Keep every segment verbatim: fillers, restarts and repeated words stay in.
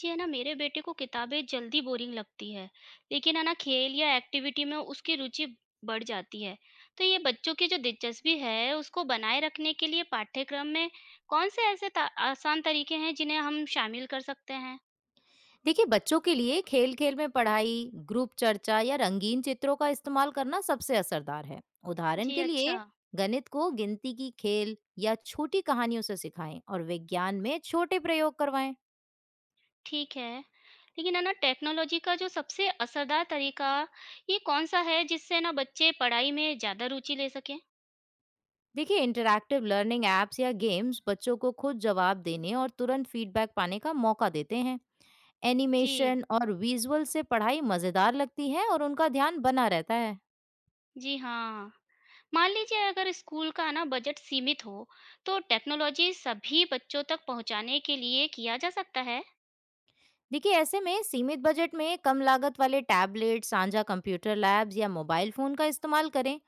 जी, है ना मेरे बेटे को किताबें जल्दी बोरिंग लगती है। लेकिन है ना खेल या एक्टिविटी में उसकी रुचि बढ़ जाती है। तो ये बच्चों की जो दिलचस्पी है उसको बनाए रखने के लिए पाठ्यक्रम में कौन से ऐसे ता- आसान तरीके हैं जिन्हें हम शामिल कर सकते हैं? देखिए, बच्चों के लिए खेल खेल में पढ़ाई, ग्रुप चर्चा या रंगीन चित्रों का इस्तेमाल करना सबसे असरदार है। उदाहरण जी के लिए, अच्छा। गणित को गिनती की खेल या छोटी कहानियों से सिखाएं और विज्ञान में छोटे प्रयोग करवाएं। ठीक है। लेकिन है ना टेक्नोलॉजी का जो सबसे असरदार तरीका ये कौन सा है जिससे ना बच्चे पढ़ाई में ज्यादा रुचि ले सकें? देखिए, इंटरैक्टिव लर्निंग एप्स या गेम्स बच्चों को खुद जवाब देने और तुरंत फीडबैक पाने का मौका देते हैं। जी। एनिमेशन और विजुअल से पढ़ाई मजेदार लगती है और उनका ध्यान बना रहता है। जी हाँ। मान लीजिए अगर स्कूल का ना बजट सीमित हो, तो टेक्नोलॉजी सभी बच्चों तक पहुंचाने के लिए किया जा सकता है? देखिए, ऐसे में सीमित बजट में कम लागत वाले टैबलेट, साझा कंप्यूटर लैब्स या मोबाइल फोन का इस्तेमाल करें।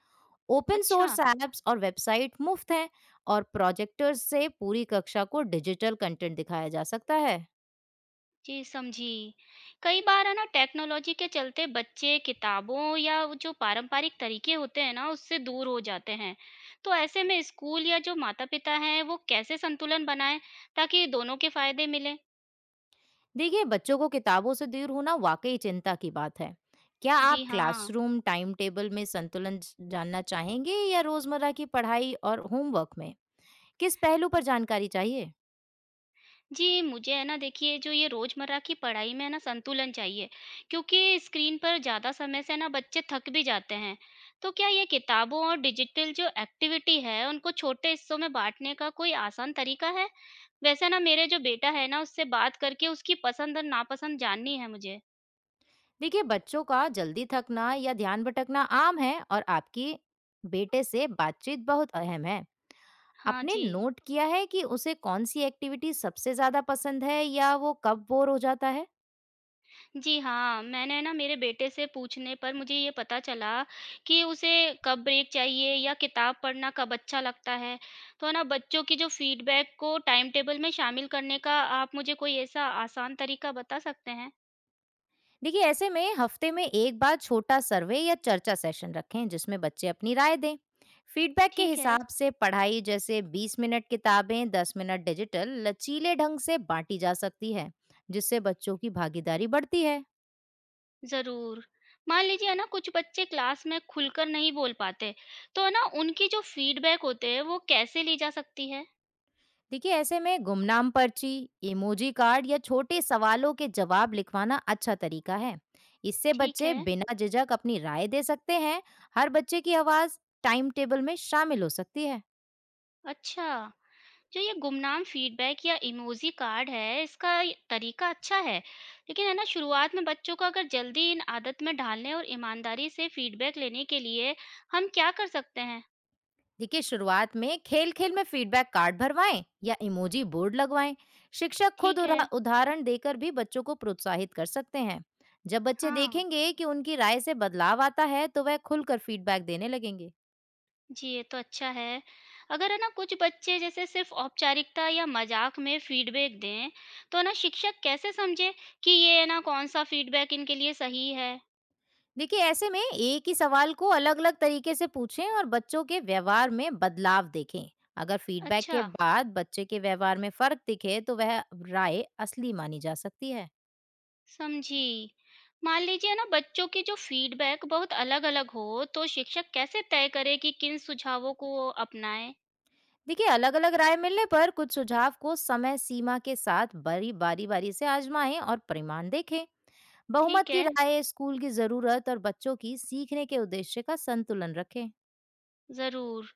ओपन अच्छा। सोर्स ऐप्स और वेबसाइट मुफ्त हैं और प्रोजेक्टर्स से पूरी कक्षा को डिजिटल कंटेंट दिखाया जा सकता है। जी समझी। कई बार है ना टेक्नोलॉजी के चलते बच्चे किताबों या वो जो पारंपरिक तरीके होते हैं ना उससे दूर हो जाते हैं। तो ऐसे में स्कूल या जो माता-पिता हैं वो कैसे संतुलन बनाएं ताकि दोनों के फायदे मिलें? देखिए, बच्चों को किताबों से दूर होना वाकई चिंता की बात है। क्या जी आप हाँ। क्लासरूम टाइम टेबल में संतुलन जानना चाहेंगे या रोजमर्रा की पढ़ाई और होमवर्क में किस पहलू पर जानकारी चाहिए? जी, मुझे है ना देखिए जो ये रोज़मर्रा की पढ़ाई में है ना संतुलन चाहिए, क्योंकि स्क्रीन पर ज़्यादा समय से ना बच्चे थक भी जाते हैं। तो क्या ये किताबों और डिजिटल जो एक्टिविटी है, उनको छोटे हिस्सों में बाँटने का कोई आसान तरीका है? वैसे ना मेरे जो बेटा है ना उससे बात करके उसकी पसंद और नापसंद जाननी है मुझे। देखिए, बच्चों का जल्दी थकना या ध्यान भटकना आम है और आपकी बेटे से बातचीत बहुत अहम है। हाँ आपने जी। नोट किया है कि उसे कौन सी एक्टिविटी सबसे ज्यादा पसंद है या वो कब बोर हो जाता है? जी हाँ, मैंने ना मेरे बेटे से पूछने पर मुझे ये पता चला कि उसे कब ब्रेक चाहिए या किताब पढ़ना कब अच्छा लगता है। तो ना बच्चों की जो फीडबैक को टाइम टेबल में शामिल करने का आप मुझे कोई ऐसा आसान तरीका बता सकते हैं? देखिए, ऐसे में हफ्ते में एक बार छोटा सर्वे या चर्चा सेशन रखें जिसमें बच्चे अपनी राय दें। फीडबैक के ठीक है, हिसाब से पढ़ाई, जैसे बीस मिनट किताबें, दस मिनट डिजिटल, लचीले ढंग से बांटी जा सकती है, जिससे बच्चों की भागीदारी बढ़ती है। ज़रूर। मान लीजिए ना कुछ बच्चे क्लास में खुलकर नहीं बोल पाते, तो ना उनकी जो फीडबैक होते हैं वो कैसे ली जा सकती है? देखिए, ऐसे में गुमनाम पर्ची, इमोजी कार्ड या छोटे सवालों के जवाब लिखवाना अच्छा तरीका है। इससे ठीक बच्चे है। बिना झिझक अपनी राय दे सकते हैं। हर बच्चे की आवाज टाइम टेबल में शामिल हो सकती है। अच्छा। जो ये गुमनाम फीडबैक या इमोजी कार्ड है इसका ये तरीका अच्छा है, लेकिन है ना शुरुआत में बच्चों को अगर जल्दी इन आदत में डालने और ईमानदारी से फीडबैक लेने के लिए हम क्या कर सकते हैं? देखिए, शुरुआत में खेल खेल में फीडबैक कार्ड भरवाएं या इमोजी बोर्ड लगवाएं। शिक्षक खुद ठीक उरा- है। उदाहरण देकर भी बच्चों को प्रोत्साहित कर सकते हैं। जब बच्चे हाँ। देखेंगे कि उनकी राय से बदलाव आता है तो वह खुलकर फीडबैक देने लगेंगे। जी ये तो अच्छा है। अगर है ना कुछ बच्चे जैसे सिर्फ औपचारिकता या मजाक में फीडबैक दें, तो है ना शिक्षक कैसे समझे कि ये है ना कौन सा फीडबैक इनके लिए सही है? देखिए, ऐसे में एक ही सवाल को अलग-अलग तरीके से पूछें और बच्चों के व्यवहार में बदलाव देखें। अगर फीडबैक अच्छा। के बाद बच्चे के व्यवहार में फर्क दिखे तो वह राय असली मानी जा सकती है। समझी। मान लीजिए ना बच्चों की जो फीडबैक बहुत अलग-अलग हो, तो शिक्षक कैसे तय करे कि किन सुझावों को वो अपनाएँ? देखिए, अलग-अलग राय मिलने पर कुछ सुझाव को समय सीमा के साथ बड़ी बारी-बारी से आजमाएं और परिमाण देखें। बहुमत ठीक की है, राय, स्कूल की जरूरत और बच्चों की सीखने के उद्देश्य का संतुलन रखें। ज़रूर।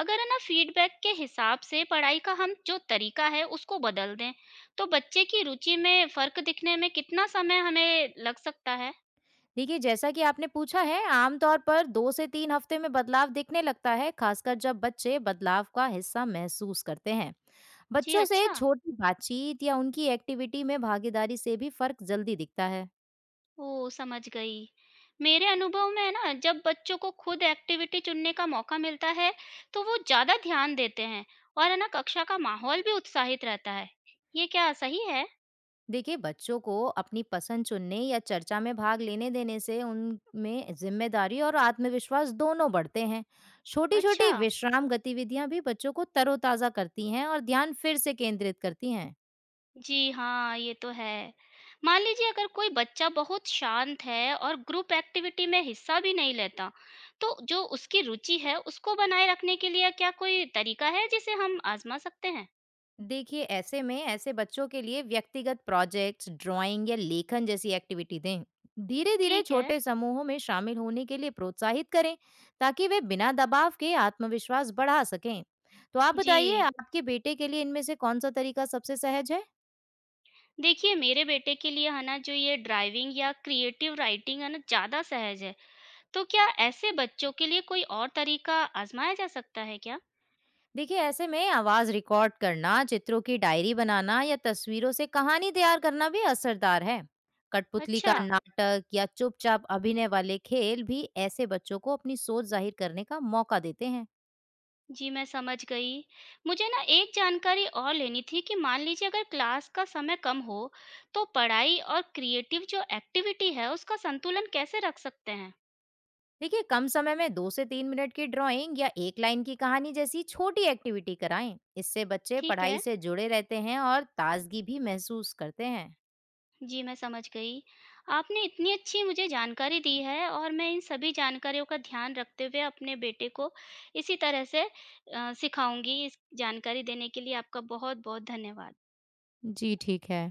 अगर है ना फीडबैक के हिसाब से पढ़ाई का हम जो तरीका है उसको बदल दें, तो बच्चे की रुचि में फ़र्क दिखने में कितना समय हमें लग सकता है? देखिए, जैसा कि आपने पूछा है, आमतौर पर दो से तीन हफ्ते में बदलाव दिखने लगता है, खासकर जब बच्चे बदलाव का हिस्सा महसूस करते हैं। जी, बच्चों से अच्छा। छोटी बातचीत या उनकी एक्टिविटी में भागीदारी से भी फर्क जल्दी दिखता है। ओह! समझ गई। मेरे अनुभव में ना जब बच्चों को खुद एक्टिविटी चुनने का मौका मिलता है, तो वो ज़्यादा ध्यान देते हैं और है ना कक्षा का माहौल भी उत्साहित रहता है। ये क्या सही है? देखिए, बच्चों को अपनी पसंद चुनने या चर्चा में भाग लेने देने से उनमें जिम्मेदारी और आत्मविश्वास दोनों बढ़ते हैं। छोटी-छोटी अच्छा। विश्राम गतिविधियां भी बच्चों को तरोताजा करती हैं और ध्यान फिर से केंद्रित करती हैं। जी हाँ, ये तो है। मान लीजिए अगर कोई बच्चा बहुत शांत है और ग्रुप एक्टिविटी में हिस्सा भी नहीं लेता, तो जो उसकी रुचि है उसको बनाए रखने के लिए क्या कोई तरीका है जिसे हम आज़मा सकते हैं? देखिए, ऐसे में ऐसे बच्चों के लिए व्यक्तिगत प्रोजेक्ट्स, ड्राइंग या लेखन जैसी एक्टिविटी दें। धीरे धीरे ठीक है। छोटे समूहों में शामिल होने के लिए प्रोत्साहित करें ताकि वे बिना दबाव के आत्मविश्वास बढ़ा सकें। तो आप बताइए, जी। आपके बेटे के लिए इनमें से कौन सा तरीका सबसे सहज है? देखिए मेरे बेटे के लिए है ना जो ये ड्राइविंग या क्रिएटिव राइटिंग है ना ज़्यादा सहज है, तो क्या ऐसे बच्चों के लिए कोई और तरीका आजमाया जा सकता है क्या? देखिए, ऐसे में आवाज रिकॉर्ड करना, चित्रों की डायरी बनाना या तस्वीरों से कहानी तैयार करना भी असरदार है। कठपुतली का अच्छा। नाटक या चुपचाप अभिनय वाले खेल भी ऐसे बच्चों को अपनी सोच जाहिर करने का मौका देते हैं। जी मैं समझ गई। मुझे ना एक जानकारी और लेनी थी कि मान लीजिए अगर क्लास का समय कम हो तो पढ़ाई और क्रिएटिव जो एक्टिविटी है उसका संतुलन कैसे रख सकते हैं? देखिए, कम समय में दो से तीन मिनट की ड्राइंग या एक लाइन की कहानी जैसी छोटी एक्टिविटी कराएं। इससे बच्चे ठीक पढ़ाई है। से जुड़े रहते हैं और ताजगी भी महसूस करते हैं। जी, मैं समझ गई। आपने इतनी अच्छी मुझे जानकारी दी है और मैं इन सभी जानकारियों का ध्यान रखते हुए अपने बेटे को इसी तरह से अ, सिखाऊँगी। इस जानकारी देने के लिए आपका बहुत-बहुत धन्यवाद। जी, ठीक है।